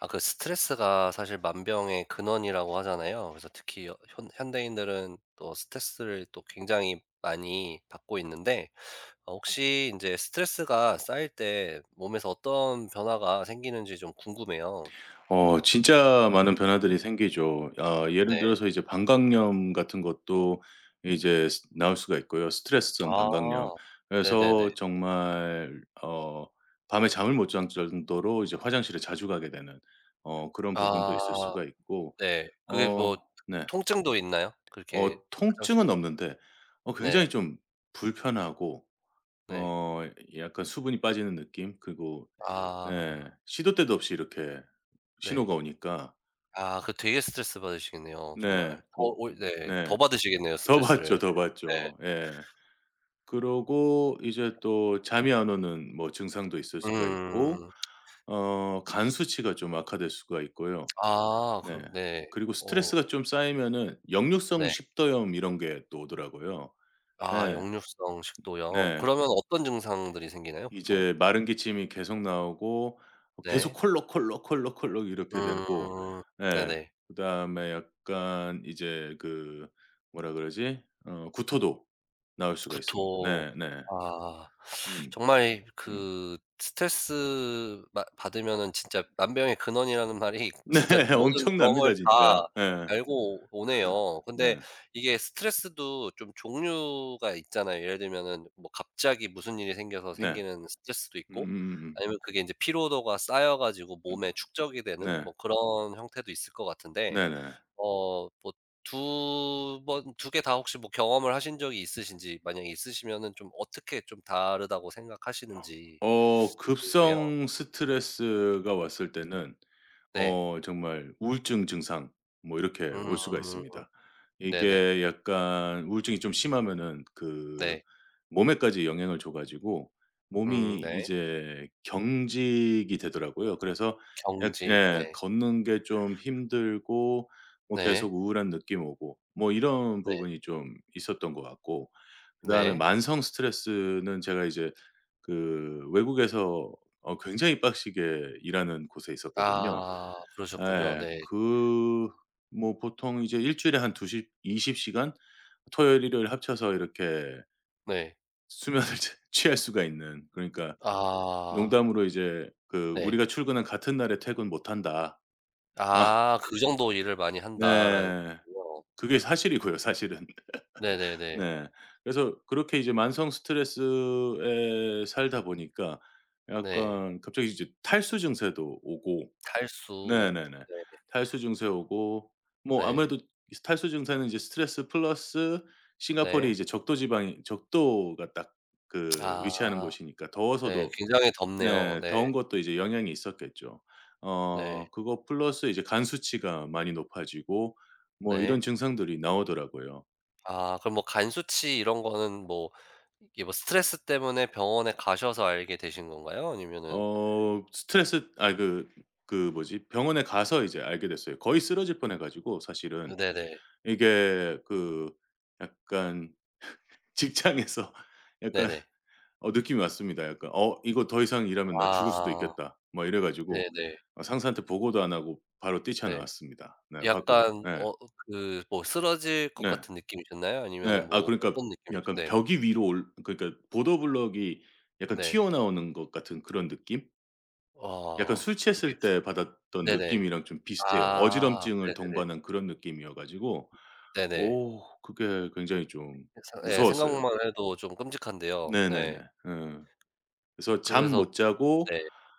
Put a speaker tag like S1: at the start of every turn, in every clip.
S1: 아 그 스트레스가 사실 만병의 근원이라고 하잖아요. 그래서 특히 여 현 현대인들은 또 스트레스를 또 굉장히 많이 받고 있는데 어 혹시 이제 스트레스가 쌓일 때 몸에서 어떤 변화가 생기는지 좀 궁금해요.
S2: 어 진짜 많은 변화들이 생기죠. 아 예를
S1: 네.
S2: 들어서 이제 방광염 같은 것도 이제 스 나올 수가 있고요. 스트레스성
S1: 아.
S2: 방광염.
S1: 네네네.
S2: 그래서 정말 어 밤에 잠을 못 잘 정도로 이제 화장실에 자주 가게 되는 어 그런 부분도 있을
S1: 아
S2: 수가 있고
S1: 네. 그게 뭐
S2: 어 네.
S1: 통증도 있나요? 그렇게
S2: 어
S1: 화장실
S2: 통증은 없는데 어 굉장히
S1: 네.
S2: 좀 불편하고
S1: 네.
S2: 어 약간 수분이 빠지는 느낌 그리고 네
S1: 아
S2: 시도 때도 없이 이렇게
S1: 네.
S2: 신호가 오니까
S1: 아 그 되게 스트레스 받으시겠네요 정말.
S2: 네.
S1: 더
S2: 뭐
S1: 오히 네.
S2: 네.
S1: 더 받으시겠네요
S2: 더 봤죠,
S1: 스트레스를.
S2: 더
S1: 네.
S2: 봤죠. 예. 그러고 이제 또 잠이 안 오는 뭐 증상도 있을 수가 있고
S1: 음.
S2: 어 간 수치가 좀 악화될 수가 있고요.
S1: 아
S2: 네.
S1: 그러 네.
S2: 그리고
S1: 어
S2: 스트레스가 좀 쌓이면은 역류성
S1: 네.
S2: 식도염 이런 게 또 오더라고요.
S1: 아
S2: 예.
S1: 역류성 식도염.
S2: 네.
S1: 그러면 어떤 증상들이 생기나요 보통?
S2: 이제 마른 기침이 계속 나오고 계속
S1: 네.
S2: 콜록콜록콜록콜록 이렇게 되고
S1: 음.
S2: 예.
S1: 네네.
S2: 그다음에 약간 이제 그 뭐라 그러지? 어 구토도 나올 수가 있습니다.
S1: 구토.
S2: 네 네.
S1: 아.
S2: 음
S1: 정말
S2: 음.
S1: 그 스트레스 받 받으면은 진짜 만병의 근원이라는 말이
S2: 네.
S1: 진짜 모든
S2: 엄청납니다
S1: 병을
S2: 진짜.
S1: 다
S2: 예.
S1: 알고 오네요. 근데
S2: 네.
S1: 이게 스트레스도 좀 종류가 있잖아요. 예를 들면은 뭐 갑자기 무슨 일이 생겨서
S2: 네.
S1: 생기는 스트레스도 있고
S2: 음.
S1: 아니면 그게 이제 피로도가 쌓여 가지고
S2: 음, 음.
S1: 몸에 축적이 되는
S2: 네.
S1: 뭐 그런 형태도 있을 것 같은데
S2: 네네.
S1: 어 뭐 두 개 다 혹시 뭐 경험을 하신 적이 있으신지 만약에 있으시면은 좀 어떻게 좀 다르다고 생각하시는지
S2: 어
S1: 궁금해요.
S2: 급성 스트레스가 왔을 때는
S1: 네.
S2: 어 정말 우울증 증상 뭐 이렇게 올 수가
S1: 음.
S2: 있습니다.
S1: 네네.
S2: 이게 약간 우울증이 좀 심하면은 그
S1: 네.
S2: 몸에까지 영향을 줘 가지고 몸이
S1: 네.
S2: 이제 경직이 되더라고요. 그래서 약
S1: 경직.
S2: 예
S1: 네.
S2: 걷는 게 좀 힘들고 뭐
S1: 네.
S2: 계속 우울한 느낌 오고 뭐 이런
S1: 네.
S2: 부분이 좀 있었던 것 같고 그다음에
S1: 네.
S2: 만성 스트레스는 제가 이제 그 외국에서 어 굉장히 빡시게 일하는 곳에 있었거든요.
S1: 아 그러셨군요.
S2: 예.
S1: 네.
S2: 그 뭐 보통 이제 일 주일에 한 20 이십 시간 토요일 일요일 합쳐서 이렇게
S1: 네.
S2: 수면을 취 취할 수가 있는 그러니까
S1: 아
S2: 농담으로 이제 그
S1: 네.
S2: "우리가 출근한 같은 날에 퇴근 못 한다." 아
S1: 아 '그 정도 일을 많이 한다.'라는 거군
S2: 네.
S1: 요
S2: 그게 사실이고요 사실은.
S1: 네네네.
S2: 네. 그래서 그렇게 이제 만성 스트레스에 살다 보니까
S1: 네.
S2: 약간 갑자기 이제 탈수 증세도 오고
S1: 탈수.
S2: 네네네.
S1: 네.
S2: 탈수 증세 오고 뭐
S1: 네.
S2: 아무래도 이 탈수 증세는 이제 스트레스 플러스 싱가포르이
S1: 네.
S2: 이제 적도 지방이 적도가 딱 그
S1: 아.
S2: 위치하는 곳이니까
S1: 네.
S2: 더워서도
S1: 굉장히 덥네요.
S2: 네
S1: 네.
S2: 더운 것도 이제 영향이 있었겠죠.
S1: 네.
S2: 어 그거 플러스 이제 간 수치가 많이 높아지고 뭐 이런
S1: 네.
S2: 증상들이 나오더라고요.
S1: 아 그럼 뭐 간 수치 이런 거는 뭐 이게 뭐 스트레스 때문에 병원에 가셔서 알게 되신 건가요? 아니면은
S2: 어 스트레스 아그 그 뭐지 병원에 가서 이제 알게 됐어요. 거의 쓰러질 뻔해 가지고 사실은
S1: 네네.
S2: 이게 그 약간 직장에서 약간
S1: 네네.
S2: 어 느낌이 왔습니다. 약간 '어 이거 더 이상 일하면 나 죽을 수도
S1: 아.
S2: 있겠다.' 뭐 이래
S1: 네네.
S2: 가지고
S1: 네.
S2: 어 상사한테 보고도 안 하고 바로
S1: 네.
S2: 뛰쳐나왔습니다. 네 밖으로.
S1: 약간
S2: 예. 네.
S1: 어 그 뭐 쓰러질 것
S2: 네.
S1: 같은 느낌이셨나요? 아니면은
S2: 네. 아
S1: 뭐
S2: 그러니까
S1: 어떤 느낌이셨
S2: 약간
S1: 네.
S2: 벽이 위로 올 그러니까 보더 블럭이 약간
S1: 네.
S2: 튀어나오는 것 같은 그런 느낌? 약간
S1: 아
S2: 술
S1: 그게
S2: 취했을 때 받았던
S1: 네네.
S2: 느낌이랑 좀 비슷해요.
S1: 아
S2: 어지럼증을
S1: 네네네.
S2: 동반한 그런 느낌이어 가지고
S1: 네네.
S2: 오 그게 굉장히 좀
S1: 그래서 예
S2: 무서웠어요.
S1: 생각만 해도 좀 끔찍한데요.
S2: 네네네.
S1: 네.
S2: 예. 그래서 잠
S1: 그래서
S2: 못 자고
S1: 네.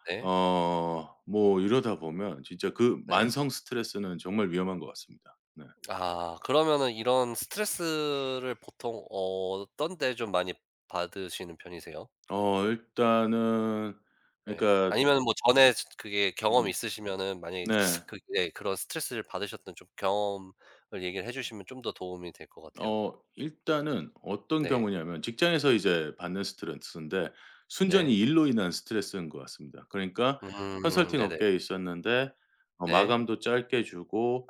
S1: 네.
S2: 어 뭐 이러다 보면 진짜 그
S1: 네.
S2: 만성 스트레스는 정말 위험한 것 같습니다. 네.
S1: 아 그러면은 이런 스트레스를 보통 어떤 때 좀 많이 받으시는 편이세요?
S2: 어 일단은
S1: 예.
S2: 그러니까
S1: 아니면은 뭐 전에 스- 그게 경험이
S2: 음
S1: 있으시면은 만약에
S2: 네.
S1: 그 예 그런 스트레스를 받으셨던 좀 경험을 얘기를 해 주시면 좀 더 도움이 될 것 같아요.
S2: 어 일단은 어떤
S1: 네.
S2: 경우냐면 직장에서 이제 받는 스트레스인데 순전히
S1: 네.
S2: 일로 인한 스트레스인 것 같습니다. 그러니까 컨설팅
S1: 네네.
S2: 업계에 있었는데 어
S1: 네.
S2: 마감도 짧게 주고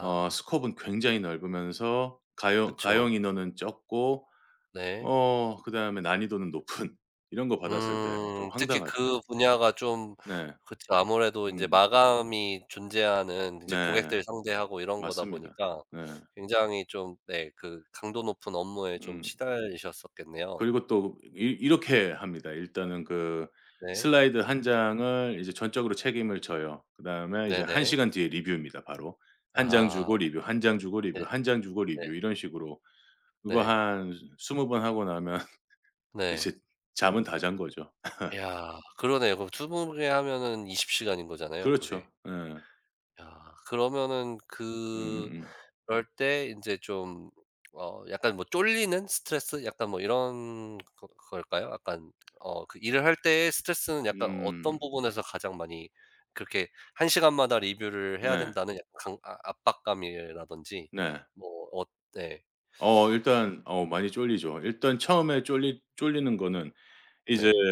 S2: 어 스코은 굉장히 넓으면서 가용
S1: 그쵸.
S2: 가용 인원은 적고
S1: 네.
S2: 어 그다음에 난이도는 높은 이런 거 받았을 때 좀
S1: 음. 특히
S2: 황당하죠.
S1: 그 분야가 좀
S2: 네.
S1: 그쵸. 아무래도 이제
S2: 음.
S1: 마감이 존재하는 이제
S2: 네.
S1: 고객들 상대하고 이런 거다
S2: 맞습니다.
S1: 보니까
S2: 네.
S1: 굉장히 좀 네 그 강도 높은 업무에 좀
S2: 음.
S1: 시달리셨었겠네요.
S2: 그리고 또 이 이렇게 합니다. 일단은 그
S1: 네.
S2: 슬라이드 한 장을 이제 전적으로 책임을 져요. 그다음에 이제 1시간
S1: 네네.
S2: 시간 뒤에 리뷰입니다 바로. 한 장
S1: 아.
S2: 주고 리뷰, 한 장 주고
S1: 네.
S2: 리뷰, 한 장 주고
S1: 네.
S2: 리뷰 이런 식으로 그거
S1: 네.
S2: 한 스무 번 하고 나면 이제
S1: 네.
S2: 잠은 다 잔 거죠.
S1: 이야 그러네요. 그럼 20 개 하면은 20 시간인 거잖아요, 그게.
S2: 그렇죠. 예.
S1: 야 그러면은 그,
S2: 음.
S1: 그럴 때 인제 좀 어 약간 뭐 쫄리는 스트레스 약간 뭐 이런 거 걸까요? 약간 어 그 일을 할 때의 스트레스는
S2: 음, 음.
S1: 약간 어떤
S2: 음,
S1: 부분에서 가장 많이 그렇게 한 시간마다 리뷰를 해야
S2: 네.
S1: 된다는 약간 강 아 압박감이라든지
S2: 네.
S1: 뭐 어 네.
S2: 어 일단 어 많이 쫄리죠. 일단 처음에 쫄리는 거는 이제
S1: 네.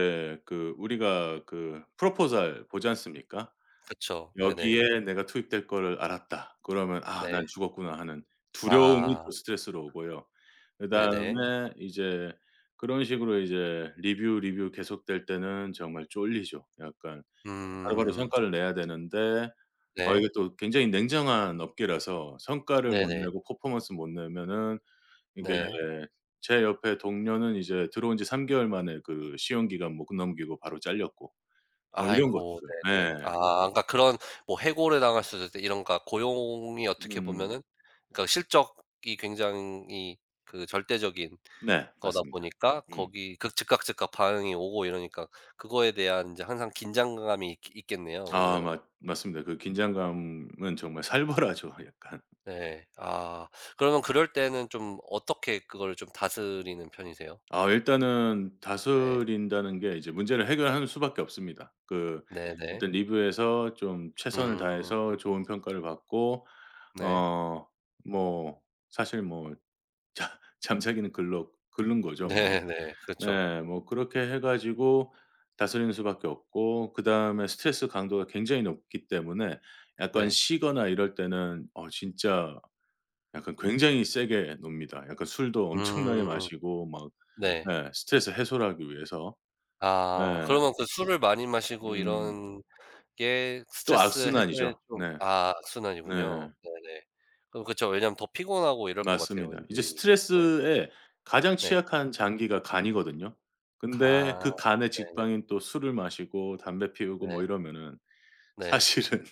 S2: 그 우리가 그 프로포zal 보지 않습니까?
S1: 그쵸. 네네.
S2: '여기에 내가 투입될 거를 알았다.' 그러면 '아 난
S1: 네.
S2: 죽었구나.' 하는 두려움이 또
S1: 아
S2: 스트레스로 오고요.
S1: 네네.
S2: 그다음에 이제 그런 식으로 이제 리뷰, 리뷰 계속될 때는 정말 쫄리죠. 약간 바로바로
S1: 음.
S2: 성과를 내야 되는데 어 이게
S1: 네.
S2: 또 굉장히 냉정한 업계라서 성과를 못
S1: 네네.
S2: 내고 퍼포먼스 못 내면은 이게
S1: 네.
S2: 제 옆에 동료는 이제 들어온 지 3개월 개월 만에 그 시험 기간 못 넘기고 바로 잘렸고 뭐 이런 것들.
S1: 아이고 네네. 아
S2: 네.
S1: 그러니까 그런 뭐 해고를 당할 수도 있고 이런 그러니까 고용이 어떻게
S2: 음.
S1: 보면은 그러니까 실적이 굉장히 그 절대적인
S2: 네.
S1: 거다
S2: 맞습니다.
S1: 보니까
S2: 음.
S1: 거기 그 즉각 즉각 반응이 오고 이러니까 그거에 대한 인제 항상 긴장감이 있 있겠네요
S2: 아
S1: 그러면은.
S2: 맞 맞습니다. 그 긴장감은 정말 살벌하죠 약간.
S1: 네. 아 그러면 그럴 때는 좀 어떻게 그거를 좀 다스리는 편이세요?
S2: 아 일단은
S1: 네.
S2: 다스린다는 게 이제 문제를 해결하는 수밖에 없습니다. 그
S1: 네네.
S2: 일단 리뷰에서 좀 최선을
S1: 음.
S2: 다해서 좋은 평가를 받고
S1: 네.
S2: 어 뭐 사실 뭐 자 잠자기는 글러 글른 거죠 뭐.
S1: 네네. 그쵸.
S2: 네. 뭐 그렇게 해 가지고 다스리는 수밖에 없고 그다음에 스트레스 강도가 굉장히 높기 때문에 약간
S1: 네.
S2: 쉬거나 이럴 때는 어 진짜 약간 굉장히 세게 놉니다. 약간 술도 엄청나게
S1: 음.
S2: 마시고 막
S1: 네.
S2: 네 스트레스 해소 하기 위해서. 네.
S1: 아 그러면 그 술을 많이 마시고
S2: 음.
S1: 이런 게
S2: 또
S1: 스트레스 해소에
S2: 악순환이죠.
S1: 좀
S2: 네.
S1: 아
S2: 네.
S1: 악순환이군요. 네네. 그럼 그쵸. 왜냐면 더 피곤하고 이럴 것 같아요
S2: 맞습니다. 이제
S1: 왠지. 네.
S2: 스트레스에 가장
S1: 네.
S2: 취약한 장기가 간이거든요. 근데
S1: 아
S2: 그 간의
S1: 네네.
S2: 직방인 또 술을 마시고 담배 피우고 뭐
S1: 네.
S2: 이러면은
S1: 네.
S2: 사실은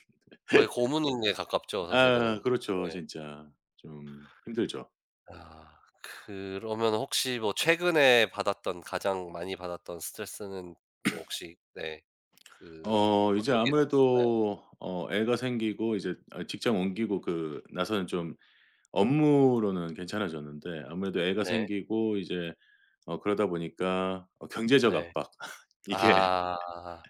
S1: 거의 고문에 가깝죠
S2: 아
S1: 사실은.
S2: 그렇죠.
S1: 네.
S2: 진짜 좀 힘들죠.
S1: 아 그러면 혹시 뭐 최근에 받았던 가장 많이 받았던 스트레스는 뭐 혹시 네. 그
S2: 어 이제
S1: 어떤 게 있었을까요?
S2: 아무래도 어 애가 생기고 이제 아 직장 옮기고 그 나서는 좀 업무로는 괜찮아졌는데 아무래도 애가
S1: 네.
S2: 생기고 이제 어 그러다 보니까 어 경제적
S1: 네.
S2: 압박 이게
S1: 아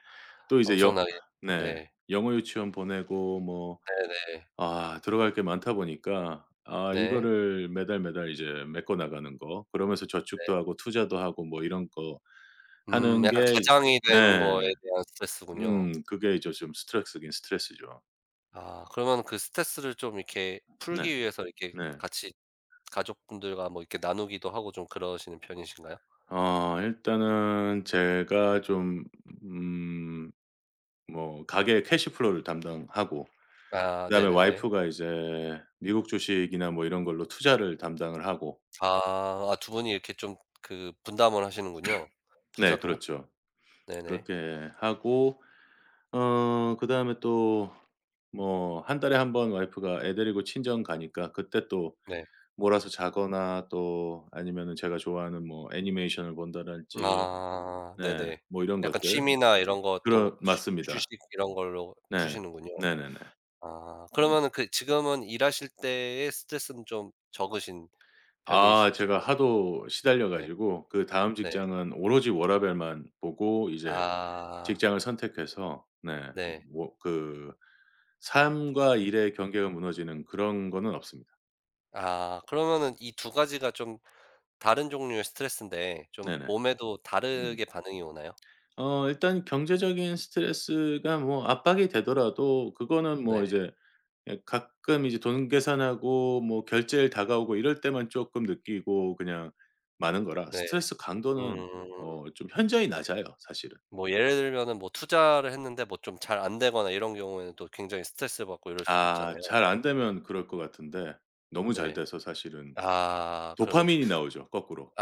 S2: 또 이제 영
S1: 엄청나게
S2: 네.
S1: 네.
S2: 영어 유치원 보내고 뭐
S1: 네네.
S2: 아 들어갈 게 많다 보니까 아
S1: 네.
S2: 이거를 매달, 매달 이제 메꿔 나가는 거 그러면서
S1: 네.
S2: 저축도 하고 투자도 하고 뭐 이런 거 하는
S1: 약간
S2: 게
S1: 가장이 된
S2: 네.
S1: 거에 대한 스트레스군요.
S2: 그게 이제 좀 스트레스긴 스트레스죠.
S1: 아 그러면 그 스트레스를 좀 이렇게 풀기
S2: 네.
S1: 위해서 이렇게
S2: 네.
S1: 같이 가족분들과 뭐 이렇게 나누기도 하고 좀 그러시는 편이신가요?
S2: 어 일단은 제가 좀 음 뭐 가게 캐시 플로우를 담당하고
S1: 아
S2: 그다음에
S1: 네네네.
S2: 와이프가 이제 미국 주식이나 뭐 이런 걸로 투자를 담당을 하고
S1: 아. 아 두 분이 이렇게 좀 그 분담을 하시는군요.
S2: 네
S1: 부자도.
S2: 그렇죠.
S1: 네네.
S2: 그렇게 하고 어 그다음에 또 뭐 한 달에 한번 와이프가 애 데리고 친정 가니까 그때 또
S1: 네.
S2: 몰아서 자거나 또 아니면은 제가 좋아하는 뭐 애니메이션을 본다랄지
S1: 아
S2: 네
S1: 네네.
S2: 뭐 이런
S1: 약간
S2: 것들.
S1: 취미나 이런 것도
S2: 그런
S1: 휴 휴식
S2: 맞습니다.
S1: 이런 걸로
S2: 네.
S1: 푸시는군요.
S2: 네네네.
S1: 아
S2: 음.
S1: 그러면은 그 지금은 일하실 때의 스트레스는 좀 적으신
S2: 아
S1: 편이시신
S2: 제가
S1: 것
S2: 하도 시달려
S1: 네,
S2: 가지고 그다음
S1: 네.
S2: 직장은 오로지 워라밸만 보고 이제
S1: 아
S2: 직장을 선택해서 네
S1: 네.
S2: 뭐, 그 삶과 일의 경계가 무너지는 그런 거는 없습니다.
S1: 아 그러면은 이 두 가지가 좀 다른 종류의 스트레스인데 좀
S2: 네네.
S1: 몸에도
S2: 음.
S1: 다르게 반응이 오나요?
S2: 어 일단 경제적인 스트레스가 뭐 압박이 되더라도 그거는 뭐
S1: 네.
S2: 이제 예 가끔 이제 돈 계산하고 뭐 결제일 다가오고 이럴 때만 조금 느끼고 그냥 많은 거라
S1: 네.
S2: 스트레스 강도는
S1: 음.
S2: 어 좀 현저히 낮아요 사실은.
S1: 뭐 예를 들면은 뭐 투자를 했는데 뭐 좀 잘 안 되거나 이런 경우에는 또 굉장히 스트레스를 받고 이럴 수도 있잖아요.
S2: 아 잘 안 되면 그럴 것 같은데 너무 잘
S1: 네.
S2: 돼서 사실은
S1: 아 그러면 좀
S2: 도파민이 나오죠 거꾸로.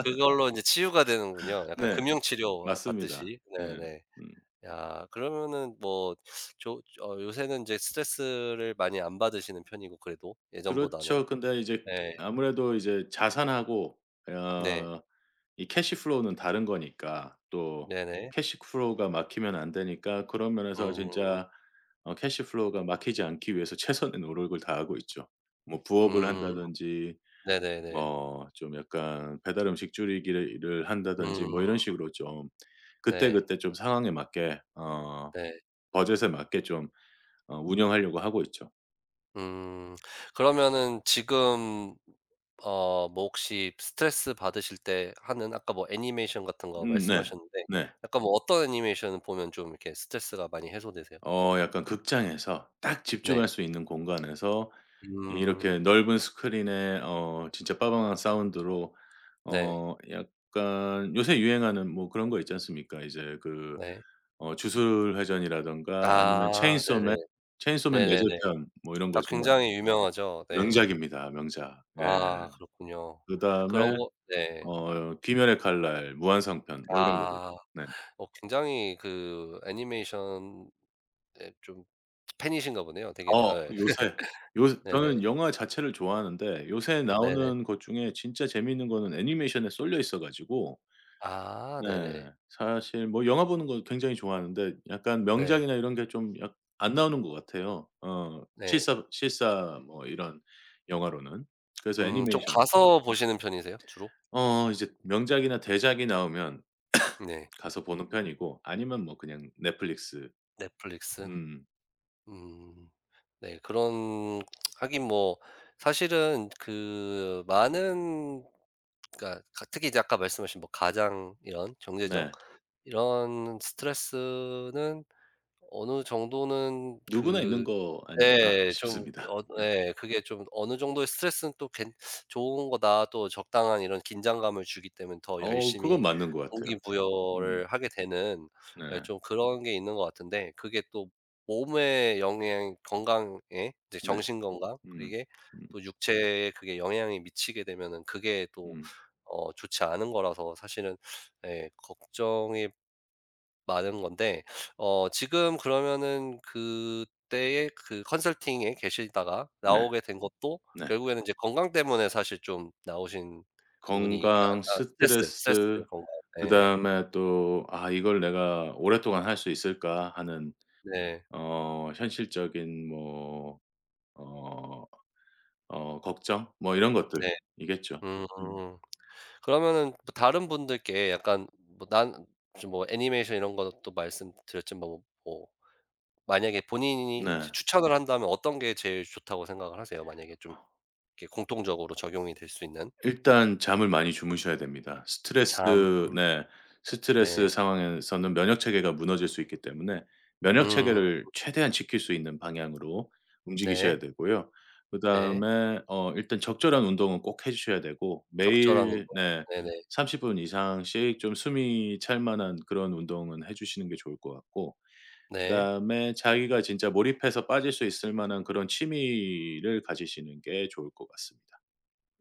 S1: 그걸로 인제 치유가 되는군요. 약간
S2: 네.
S1: 금융 치료
S2: 맞습니다.
S1: 받듯이.
S2: 예.
S1: 네네.
S2: 음.
S1: 야 그러면은 뭐 조 어 요새는 이제 스트레스를 많이 안 받으시는 편이고 그래도 예전보다는.
S2: 그렇죠. 근데 이제
S1: 네.
S2: 아무래도 이제 자산하고
S1: 네.
S2: 어 이 캐시 플로우는 다른 거니까 또
S1: 네네.
S2: 캐시 플로우가 막히면 안 되니까 그런 면에서
S1: 음.
S2: 진짜 어 캐시 플로우가 막히지 않기 위해서 최선의 노력을 다하고 있죠. 뭐 부업을
S1: 음.
S2: 한다든지
S1: 네네네.
S2: 뭐 좀 약간 배달 음식 줄이기를 일을 한다든지 뭐
S1: 음.
S2: 이런 식으로 좀
S1: 네.
S2: 그때그때 좀 상황에 맞게 어
S1: 네.
S2: 버젯에 맞게 좀 어 운영하려고 하고 있죠.
S1: 음. 그러면은 지금 어 뭐 혹시 스트레스 받으실 때 하는 아까 뭐 애니메이션 같은 거
S2: 네.
S1: 말씀하셨는데
S2: 네.
S1: 약간 뭐 어떤 애니메이션을 보면 좀 이렇게 스트레스가 많이 해소되세요?
S2: 어 약간 극장에서 딱
S1: 네.
S2: 집중할 수 있는 공간에서
S1: 음.
S2: 이렇게 넓은 스크린에 어 진짜 빠방한 사운드로
S1: 네.
S2: 어 약간 요새 유행하는 뭐 그런 거 있지 않습니까? 이제 그
S1: 네.
S2: 어 주술회전이라든가 아니면
S1: 아 네네.
S2: 체인소맨, 체인소맨
S1: 네네네.
S2: 레저편 뭐 이런 거
S1: 아
S2: 정말
S1: 굉장히 유명하죠. 네.
S2: 명작입니다, 명작. 예.
S1: 아 그렇군요. 그런
S2: 그다음에
S1: 거 네.
S2: 어 귀멸의 칼날, 무한상편 뭐 이런 거고.
S1: 아.
S2: 네.
S1: 어 굉장히 그 애니메이션에 좀 팬이신가 보네요. 되게
S2: 어
S1: 예.
S2: 요새
S1: 네네.
S2: 저는 영화 자체를 좋아하는데 요새
S1: 네네.
S2: 나오는 것 중에 진짜 재미있는 거는 애니메이션에 쏠려 있어 가지고
S1: 아
S2: 네
S1: 네네.
S2: 사실 뭐 영화 보는 거 굉장히 좋아하는데 약간
S1: 네.
S2: 명작이나 이런 게 좀 약 안 나오는 것 같아요. 어
S1: 네.
S2: 실사 뭐 이런 영화로는. 그래서
S1: 좀
S2: 애니메이션
S1: 가서 보시는 편이세요? 주로?
S2: 어 이제 명작이나 대작이 나오면
S1: 네.
S2: 가서 보는 편이고 아니면 뭐 그냥 넷플릭스
S1: 넷플릭스.
S2: 음
S1: 음. 네. 그런 하긴 뭐 사실은 그 많은 그러니까 가 특히 이제 아까 말씀하신 뭐 가장 이런 경제적
S2: 네
S1: 이런 스트레스는 어느 정도는
S2: 누구나 있는
S1: 그
S2: 거 아닐까
S1: 네 좀
S2: 싶습니다.
S1: 어 예 그게 좀 어느 정도의 스트레스는 또 괜 '좋은 거다.' 또 적당한 이런 긴장감을 주기 때문에 더
S2: 어 그건
S1: 열심히
S2: 맞는 것 같아요. 음.
S1: 동기부여를 하게 되는 예
S2: 네.
S1: 좀 그런 게 있는 것 같은데 그게 또 몸의 영향 건강에 이제
S2: 네.
S1: 정신 건강 그
S2: 음.
S1: 고
S2: 음.
S1: 또 육체에 그게 영향이 미치게 되면은 그게 또
S2: 음.
S1: 어 좋지 않은 거라서 사실은 예 걱정이 많은 건데 어 지금 그러면은 그때의 그 컨설팅에 계시다가
S2: 네.
S1: 나오게 된 것도
S2: 네.
S1: 결국에는 이제 건강 때문에 사실 좀 나오신 부분이
S2: 건강,
S1: 아 아 스트레스,
S2: 스트레스
S1: 스트레스 건강. 네
S2: 그다음에 또 '아 이걸 내가 오랫동안 할 수 있을까?' 하는
S1: 네.
S2: 어 현실적인 뭐 어 어 걱정 뭐 이런
S1: 네.
S2: 것들이겠죠.
S1: 음.
S2: 음.
S1: 음. 그러면은 뭐 다른 분들께 약간 뭐 난 좀 뭐 애니메이션 이런 것도 말씀드렸지만 뭐 뭐 만약에 본인이 이제
S2: 네.
S1: 추천을 한다면 어떤 게 제일 좋다고 생각을 하세요? 만약에 좀 이렇게 공통적으로 적용이 될 수 있는?
S2: 일단 잠을 많이 주무셔야 됩니다.
S1: 잠
S2: 스트레스 네. 스트레스
S1: 네.
S2: 상황에서는 면역 체계가 무너질 수 있기 때문에 면역
S1: 음.
S2: 체계를 최대한 지킬 수 있는 방향으로 움직이셔야
S1: 네.
S2: 되고요.
S1: 네.
S2: 그다음에 어 일단 적절한 운동은 꼭 해 주셔야 되고
S1: 적절한 운동.
S2: 매일 네
S1: 네네.
S2: 30분 이상씩 좀 숨이 찰 만한 그런 운동은 해 주시는 게 좋을 것 같고
S1: 네.
S2: 그다음에 자기가 진짜 몰입해서 빠질 수 있을 만한 그런 취미를 가지시는 게 좋을 것 같습니다.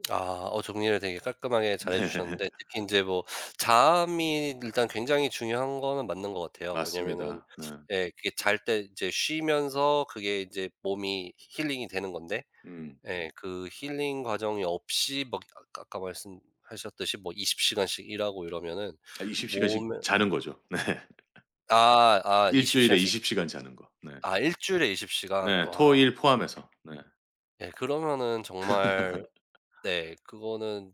S1: 아어 정리를 되게 깔끔하게 잘해
S2: 네.
S1: 주셨는데 특히 인제 뭐 잠이 일단 굉장히 중요한 거는 맞는 것 같아요. 왜냐면은
S2: 맞습니다. 네.
S1: 예 그게 잘 때 이제 쉬면서 그게 이제 몸이 힐링이 되는 건데
S2: 음.
S1: 예 그 힐링 과정이 없이 막 아까 말씀하셨듯이 뭐 20 시간씩 일하고 이러면은
S2: 아 20시간
S1: 몸에
S2: 시간씩 자는 거죠. 네. 일
S1: 20
S2: 주일에
S1: 시간씩
S2: 20시간 시간 자는 거. 네.
S1: 아 일 주일에 20 시간.
S2: 네.
S1: 와.
S2: 토일 포함해서. 네.
S1: 예 그러면은 정말 네. 그거는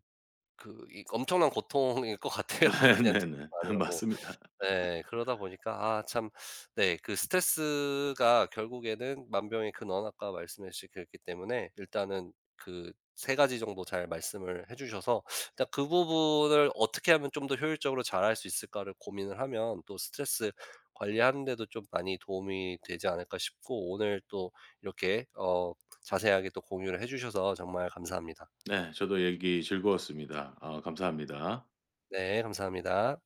S1: 그 이 엄청난 고통일 것 같아요 그냥
S2: 네네네.
S1: 듣기만으로도.
S2: 맞습니다.
S1: 네 그러다 보니까 아 참 네 그 스트레스가 결국에는 만병의 근원 아까 말씀해 주신 그랬기 때문에 일단은 그 세 가지 정도 잘 말씀을 해 주셔서 일단 그 부분을 어떻게 하면 좀 더 효율적으로 잘할 수 있을까를 고민을 하면 또 스트레스 관리하는 데도 좀 많이 도움이 되지 않을까 싶고 오늘 또 이렇게 어 자세하게 또 공유를 해 주셔서 정말 감사합니다.
S2: 네. 저도 얘기 즐거웠습니다. 아 감사합니다.
S1: 네, 감사합니다.